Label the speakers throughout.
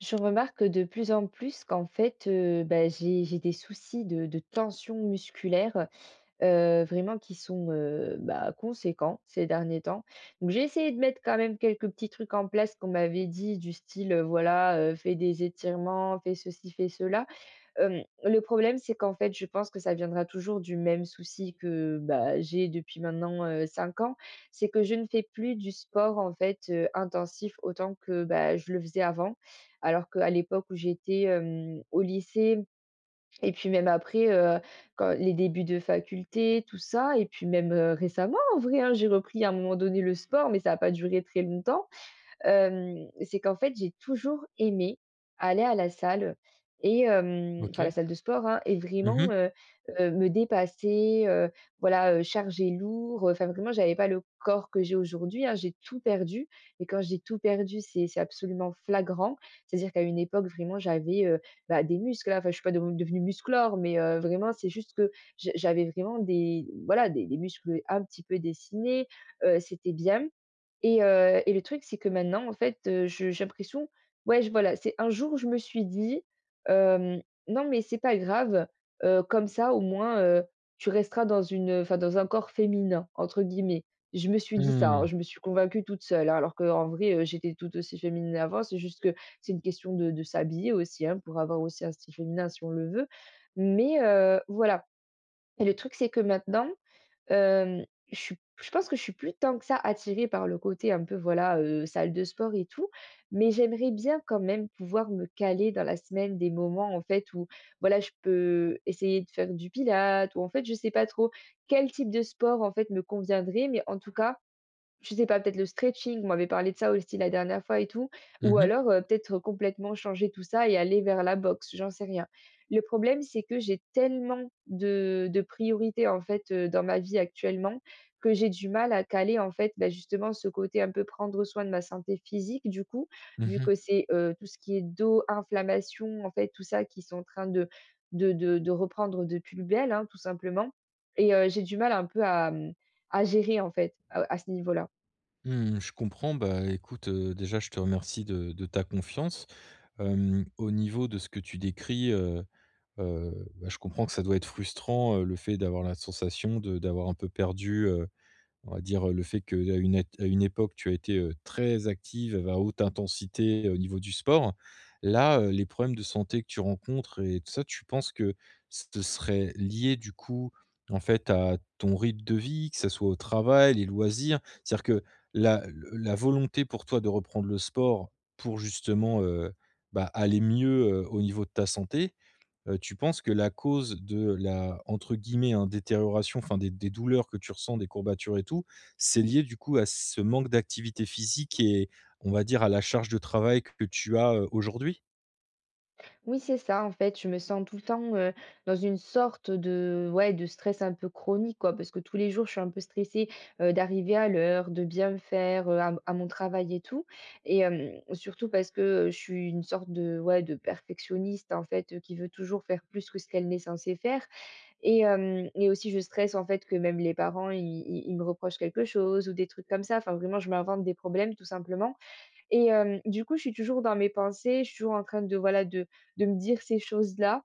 Speaker 1: Je remarque de plus en plus qu'en fait, bah, j'ai des soucis de tension musculaire, vraiment qui sont, bah, conséquents ces derniers temps. Donc j'ai essayé de mettre quand même quelques petits trucs en place qu'on m'avait dit du style, voilà, fais des étirements, fais ceci, fais cela. Le problème, c'est qu'en fait, je pense que ça viendra toujours du même souci que, bah, j'ai depuis maintenant, 5 ans. C'est que je ne fais plus du sport, en fait, intensif autant que, bah, je le faisais avant. Alors qu'à l'époque où j'étais, au lycée et puis même après, quand les débuts de faculté, tout ça et puis même, récemment en vrai, hein, j'ai repris à un moment donné le sport, mais ça n'a pas duré très longtemps. C'est qu'en fait, j'ai toujours aimé aller à la salle et enfin, la
Speaker 2: OK.
Speaker 1: salle de sport, hein, et
Speaker 2: Mmh mh.
Speaker 1: vraiment, me dépasser, voilà, charger lourd, enfin, vraiment, j'avais pas le corps que j'ai aujourd'hui, hein. J'ai tout perdu et quand je dis tout perdu, c'est absolument flagrant. C'est-à-dire qu'à une époque, vraiment, j'avais, bah, des muscles, hein. Enfin, je suis pas devenue musclore, mais vraiment, c'est juste que je j'avais vraiment des, voilà, des muscles un petit peu dessinés, c'était bien. Et le truc, c'est que maintenant, en fait, je j'ai l'impression, ouais, je, voilà, c'est un jour, je me suis dit, hem: «Non, mais c'est pas grave, comme ça, au moins, tu resteras dans une, enfin, dans un corps féminin», entre guillemets. Je me suis dit ça, hein,
Speaker 2: Mmh.
Speaker 1: je me suis convaincue toute seule, hein, alors qu'en vrai, j'étais tout aussi féminine avant. C'est juste que c'est une question de s'habiller aussi, hein, pour avoir aussi un style féminin si on le veut. Mais voilà, et le truc, c'est que maintenant, Hem, je pense que je suis plus tant que ça attirée par le côté un peu, voilà, salle de sport et tout, mais j'aimerais bien quand même pouvoir me caler dans la semaine des moments, en fait, où, voilà, je peux essayer de faire du pilates, ou en fait, je sais pas trop quel type de sport, en fait, me conviendrait, mais en tout cas, je sais pas, peut-être le stretching, on m'avait parlé de ça aussi la dernière fois et tout, ou
Speaker 2: Mmh mh.
Speaker 1: alors, peut-être complètement changer tout ça et aller vers la boxe, j'en sais rien. Le problème, c'est que j'ai tellement de priorités, en fait, dans ma vie actuellement, que j'ai du mal à caler, en fait, bah, justement ce côté un peu prendre soin de ma santé physique du coup,
Speaker 2: Mmh
Speaker 1: vu
Speaker 2: mh.
Speaker 1: que c'est, tout ce qui est dos, inflammation, en fait, tout ça qui sont en train de reprendre de plus belle, hein, tout simplement, et j'ai du mal un peu à, à gérer, en fait, à ce niveau-là.
Speaker 2: Mmh, je comprends. Bah, écoute, déjà, je te remercie de ta confiance. Au niveau de ce que tu décris, bah, je comprends que ça doit être frustrant, le fait d'avoir la sensation de d'avoir un peu perdu, on va dire, le fait qu'à une ét à une époque, tu as été, très active, à haute intensité, au niveau du sport. Là, les problèmes de santé que tu rencontres et tout ça, tu penses que ce serait lié du coup, en fait, à ton rythme de vie, que ça soit au travail, les loisirs? C'est-à-dire que la la volonté pour toi de reprendre le sport pour justement, bah, aller mieux, au niveau de ta santé, tu penses que la cause de la, entre guillemets, hein, «détérioration», enfin des douleurs que tu ressens, des courbatures et tout, c'est lié du coup à ce manque d'activité physique et on va dire à la charge de travail que tu as, aujourd'hui?
Speaker 1: Oui, c'est ça, en fait, je me sens tout le temps, dans une sorte de, ouais, de stress un peu chronique, quoi, parce que tous les jours, je suis un peu stressée, d'arriver à l'heure, de bien faire, à mon travail et tout, et surtout parce que je suis une sorte de, ouais, de perfectionniste, en fait, qui veut toujours faire plus que ce qu'elle n'est censée faire, et hem et aussi je stresse, en fait, que même les parents, ils me reprochent quelque chose ou des trucs comme ça. Enfin, vraiment, je m'invente des problèmes, tout simplement, et du coup, je suis toujours dans mes pensées, je suis toujours en train de, voilà, de me dire ces choses-là,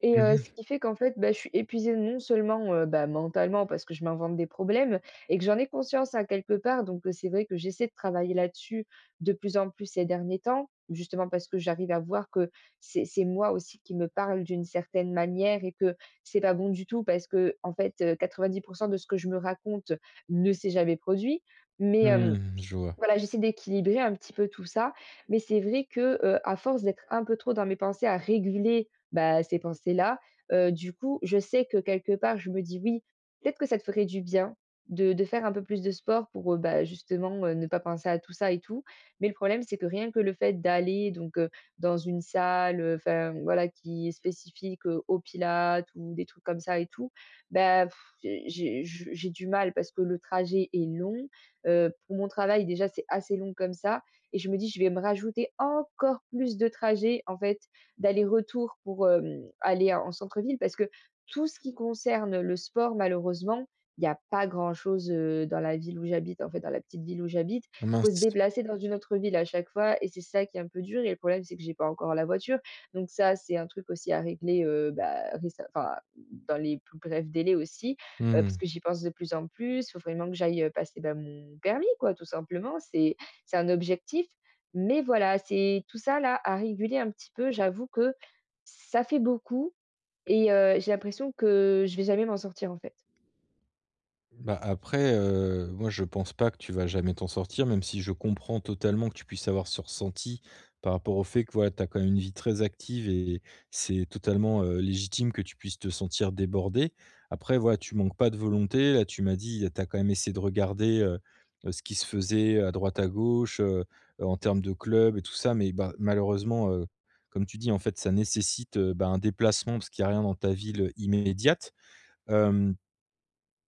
Speaker 1: et
Speaker 2: Mmh
Speaker 1: ce
Speaker 2: mh.
Speaker 1: qui fait qu'en fait, bah, je suis épuisée, non seulement, bah, mentalement parce que je m'invente des problèmes et que j'en ai conscience, à quelque part, donc c'est vrai que j'essaie de travailler là-dessus de plus en plus ces derniers temps, justement parce que j'arrive à voir que c'est moi aussi qui me parle d'une certaine manière, et que c'est pas bon du tout parce que, en fait, 90 de ce que je me raconte ne s'est jamais produit, mais hem
Speaker 2: Mmh, je vois.
Speaker 1: voilà, j'essaie d'équilibrer un petit peu tout ça, mais c'est vrai que, à force d'être un peu trop dans mes pensées, à réguler, bah, ces pensées-là, du coup, je sais que quelque part, je me dis: «Oui, peut-être que ça te ferait du bien de faire un peu plus de sport pour, bah, justement, ne pas penser à tout ça et tout». Mais le problème, c'est que rien que le fait d'aller donc, dans une salle, enfin, voilà, qui est spécifique, au Pilates ou des trucs comme ça et tout, bah, pff, j'ai j'ai j'ai du mal parce que le trajet est long. Pour mon travail, déjà, c'est assez long comme ça, et je me dis: «Je vais me rajouter encore plus de trajets, en fait, d'aller-retour pour, aller en centre-ville», parce que tout ce qui concerne le sport, malheureusement, il y a pas grand-chose, dans la ville où j'habite, en fait, dans la petite ville où j'habite.
Speaker 2: Ah
Speaker 1: Faut se
Speaker 2: mince.
Speaker 1: déplacer dans une autre ville à chaque fois et c'est ça qui est un peu dur, et le problème, c'est que j'ai pas encore la voiture. Donc ça, c'est un truc aussi à régler, bah, récem enfin, dans les plus brefs délais aussi. Heu, parce
Speaker 2: Mmh.
Speaker 1: que j'y pense de plus en plus, faut vraiment que j'aille, passer, bah, mon permis, quoi, tout simplement. C'est un objectif, mais voilà, c'est tout ça là, à réguler un petit peu, j'avoue que ça fait beaucoup, et j'ai l'impression que je vais jamais m'en sortir, en fait.
Speaker 2: Bah, après, moi, je pense pas que tu vas jamais t'en sortir, même si je comprends totalement que tu puisses avoir ce ressenti par rapport au fait que, voilà, tu as quand même une vie très active et c'est totalement, légitime que tu puisses te sentir débordé. Après, voilà, tu manques pas de volonté. Là, tu m'as dit, tu as quand même essayé de regarder, ce qui se faisait à droite, à gauche, en termes de clubs et tout ça, mais bah, malheureusement, comme tu dis, en fait, ça nécessite, bah, un déplacement parce qu'il y a rien dans ta ville immédiate. Hem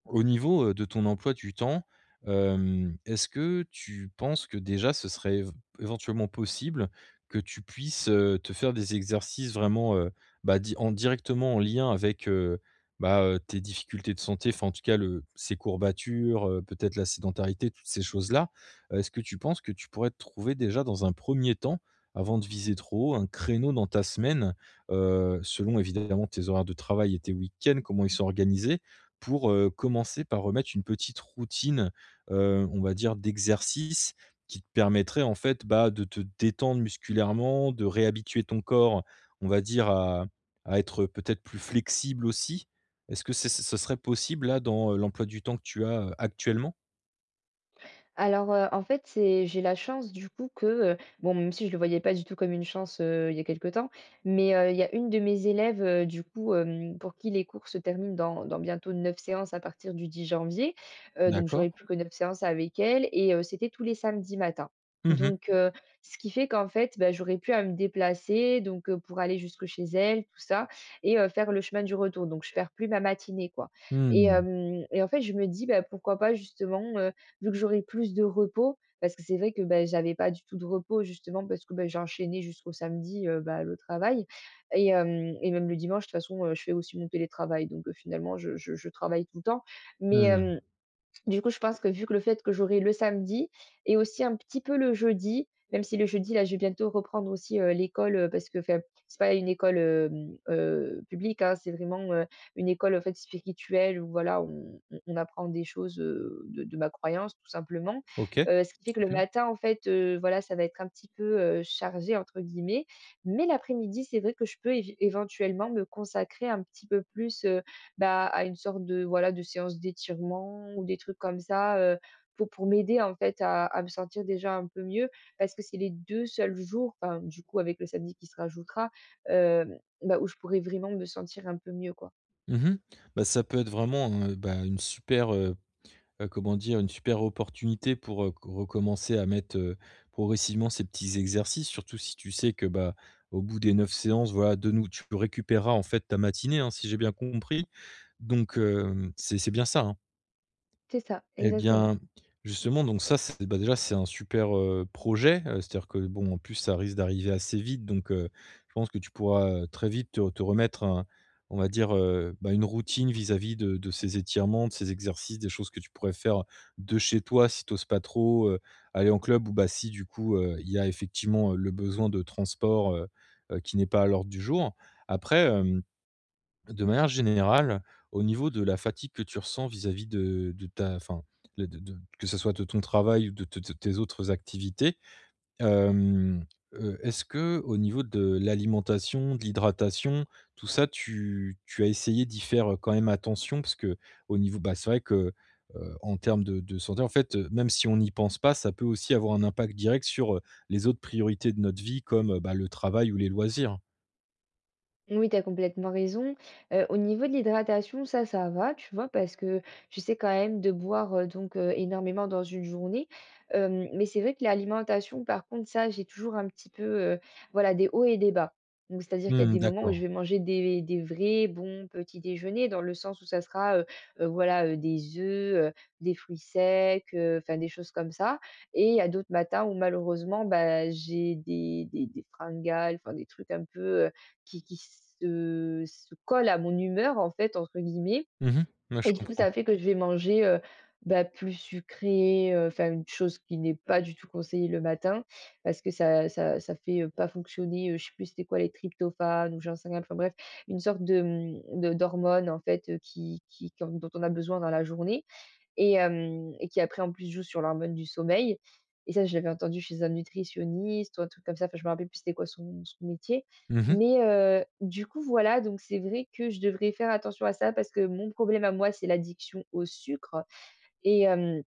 Speaker 2: Au niveau, de ton emploi du temps, est-ce que tu penses que déjà ce serait év éventuellement possible que tu puisses, te faire des exercices vraiment, bah, di en directement en lien avec, bah, tes difficultés de santé, enfin en tout cas le ces courbatures, peut-être la sédentarité, toutes ces choses-là? Est-ce que tu penses que tu pourrais te trouver déjà dans un premier temps, avant de viser trop haut, un créneau dans ta semaine, selon évidemment tes horaires de travail et tes week-ends, comment ils sont organisés, pour, commencer par remettre une petite routine, on va dire d'exercice, qui te permettrait en fait, bah, de te détendre musculairement, de réhabituer ton corps, on va dire à être peut-être plus flexible aussi. Est-ce que c'est ce serait possible là dans, l'emploi du temps que tu as, actuellement?
Speaker 1: Alors, en fait, c'est, j'ai la chance du coup que, bon, même si je ne le voyais pas du tout comme une chance, il y a quelque temps, mais, il y a une de mes élèves, du coup, pour qui les cours se terminent dans bientôt 9 séances à partir du 10 janvier, donc j'aurai
Speaker 2: D'accord.
Speaker 1: plus que 9 séances avec elle, et c'était tous les samedis matins.
Speaker 2: Mmh mh.
Speaker 1: Donc, ce qui fait qu'en fait, bah, j'aurais plus à me déplacer, donc, pour aller jusque chez elle, tout ça, et faire le chemin du retour. Donc je perds plus ma matinée, quoi, et
Speaker 2: Mmh.
Speaker 1: hem et en fait, je me dis: «Bah, pourquoi pas, justement, vu que j'aurai plus de repos. Parce que c'est vrai que, bah, j'avais pas du tout de repos, justement parce que, bah, j'ai enchaîné jusqu'au samedi, bah, le travail, et hem et même le dimanche de toute façon, je fais aussi mon télétravail, donc finalement je travaille tout le temps, mais
Speaker 2: Mmh.
Speaker 1: hem du coup, je pense que vu que le fait que j'aurai le samedi et aussi un petit peu le jeudi, même si le jeudi, là, je vais bientôt reprendre aussi, l'école, parce que, enfin, c'est pas une école, publique, hein. C'est vraiment, une école, en fait, spirituelle où, voilà, on apprend des choses, de ma croyance, tout simplement.
Speaker 2: OK,
Speaker 1: Ce qui fait que le
Speaker 2: super.
Speaker 1: matin, en fait, voilà, ça va être un petit peu, «chargé», entre guillemets. Mais l'après-midi, c'est vrai que je peux év éventuellement me consacrer un petit peu plus, bah, à une sorte de, voilà, de séance d'étirement ou des trucs comme ça, pour m'aider en fait à me sentir déjà un peu mieux. Parce que c'est les 2 seuls jours, enfin du coup avec le samedi qui se rajoutera, bah, où je pourrais vraiment me sentir un peu mieux, quoi.
Speaker 2: Mmh. Bah, ça peut être vraiment, bah, une super, comment dire? Une super opportunité pour, recommencer à mettre, progressivement ces petits exercices. Surtout si tu sais que, bah, au bout des 9 séances, voilà, de nous tu récupéreras en fait ta matinée, hein, si j'ai bien compris. Donc, c'est bien ça, hein?
Speaker 1: C'est ça,
Speaker 2: Eh
Speaker 1: exactement.
Speaker 2: bien, justement, donc ça, c'est bah, déjà, c'est un super, projet, c'est-à-dire que, bon, en plus, ça risque d'arriver assez vite, donc je pense que tu pourras, très vite te remettre un, on va dire, bah, une routine vis-à-vis de ces étirements, de ces exercices, des choses que tu pourrais faire de chez toi si tu oses pas trop, aller en club ou, bah, si du coup, il y a effectivement, le besoin de transport, qui n'est pas à l'ordre du jour. Après, de manière générale, au niveau de la fatigue que tu ressens vis-à-vis de ta, enfin, le de que ce soit de ton travail ou de tes autres activités, hem, est-ce que au niveau de l'alimentation, de l'hydratation, tout ça, tu as essayé d'y faire quand même attention? Parce que au niveau, bah, c'est vrai que, en termes de santé, en fait, même si on n'y pense pas, ça peut aussi avoir un impact direct sur, les autres priorités de notre vie comme, bah, le travail ou les loisirs.
Speaker 1: Oui, tu as complètement raison. Au niveau de l'hydratation, ça va, tu vois? Parce que je sais quand même de boire, donc énormément dans une journée. Mais c'est vrai que l'alimentation, par contre, ça, j'ai toujours un petit peu, voilà, des hauts et des bas. Donc c'est-à-dire qu'il y a
Speaker 2: Mmh,
Speaker 1: des moments où je
Speaker 2: d'accord.
Speaker 1: vais manger des vrais bons petits déjeuners, dans le sens où ça sera, voilà, des œufs, des fruits secs, enfin des choses comme ça. Et il y a d'autres matins où, malheureusement, bah, j'ai des fringales, enfin des trucs un peu, qui se colle à mon «humeur», en fait, entre guillemets,
Speaker 2: Mmh. Ouais,
Speaker 1: et
Speaker 2: je
Speaker 1: du coup,
Speaker 2: comprends.
Speaker 1: ça fait que je vais manger, bah, plus sucré, enfin une chose qui n'est pas du tout conseillée le matin, parce que ça fait, pas fonctionner, je sais plus c'était quoi, les tryptophane ou j'en sais rien, enfin bref, une sorte de, d'hormone en fait, qui qu'on dont on a besoin dans la journée, et hem et qui après, en plus, joue sur l'hormone du sommeil, et ça je l'avais entendu chez un nutritionniste ou un truc comme ça, enfin je me rappelle plus c'était quoi son métier.
Speaker 2: Mmh.
Speaker 1: Mais du coup, voilà, donc c'est vrai que je devrais faire attention à ça, parce que mon problème à moi, c'est l'addiction au sucre, et hem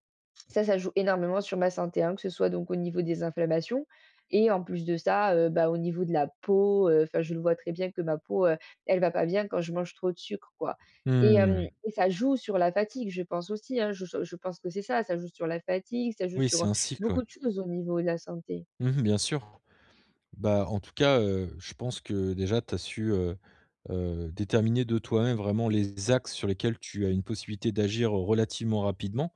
Speaker 1: ça, ça joue énormément sur ma santé, hein, que ce soit donc au niveau des inflammations, et en plus de ça, bah, au niveau de la peau, enfin, je le vois très bien que ma peau, elle va pas bien quand je mange trop de sucre, quoi, et hem
Speaker 2: Mmh.
Speaker 1: et ça joue sur la fatigue, je pense aussi, hein. Je pense que c'est ça, ça joue sur la fatigue, ça joue
Speaker 2: Oui,
Speaker 1: sur,
Speaker 2: c'est un cycle, ouais.
Speaker 1: beaucoup de choses au niveau de la santé.
Speaker 2: Mmh, bien sûr. Bah, en tout cas, je pense que déjà tu as su, déterminer de toi-même vraiment les axes sur lesquels tu as une possibilité d'agir relativement rapidement.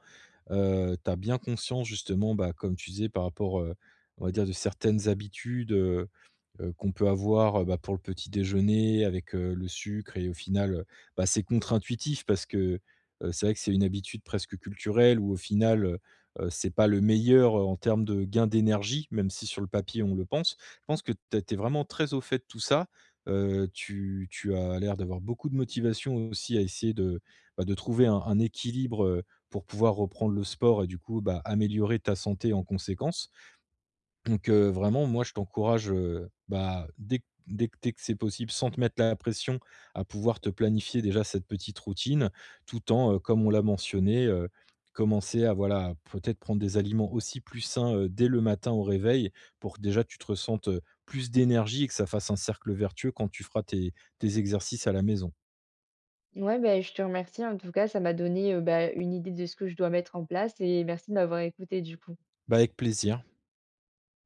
Speaker 2: Tu as bien conscience justement, bah, comme tu disais par rapport, on va dire, de certaines habitudes, qu'on peut avoir, bah, pour le petit déjeuner avec, le sucre, et au final, bah, c'est contre-intuitif parce que, c'est vrai que c'est une habitude presque culturelle où au final, c'est pas le meilleur, en termes de gain d'énergie, même si sur le papier on le pense. Je pense que tu es vraiment très au fait de tout ça, tu as l'air d'avoir beaucoup de motivation aussi à essayer de, bah, de trouver un équilibre, pour pouvoir reprendre le sport et du coup, bah, améliorer ta santé en conséquence. Donc vraiment moi je t'encourage, bah, dès que c'est possible, sans te mettre la pression, à pouvoir te planifier déjà cette petite routine, tout en, comme on l'a mentionné, commencer à, voilà, peut-être prendre des aliments aussi plus sains, dès le matin au réveil, pour que déjà tu te ressentes, plus d'énergie et que ça fasse un cercle vertueux quand tu feras tes exercices à la maison.
Speaker 1: Ouais, beh, je te remercie en tout cas, ça m'a donné, bah, une idée de ce que je dois mettre en place, et merci de m'avoir écoutée, du coup.
Speaker 2: Bah, avec plaisir.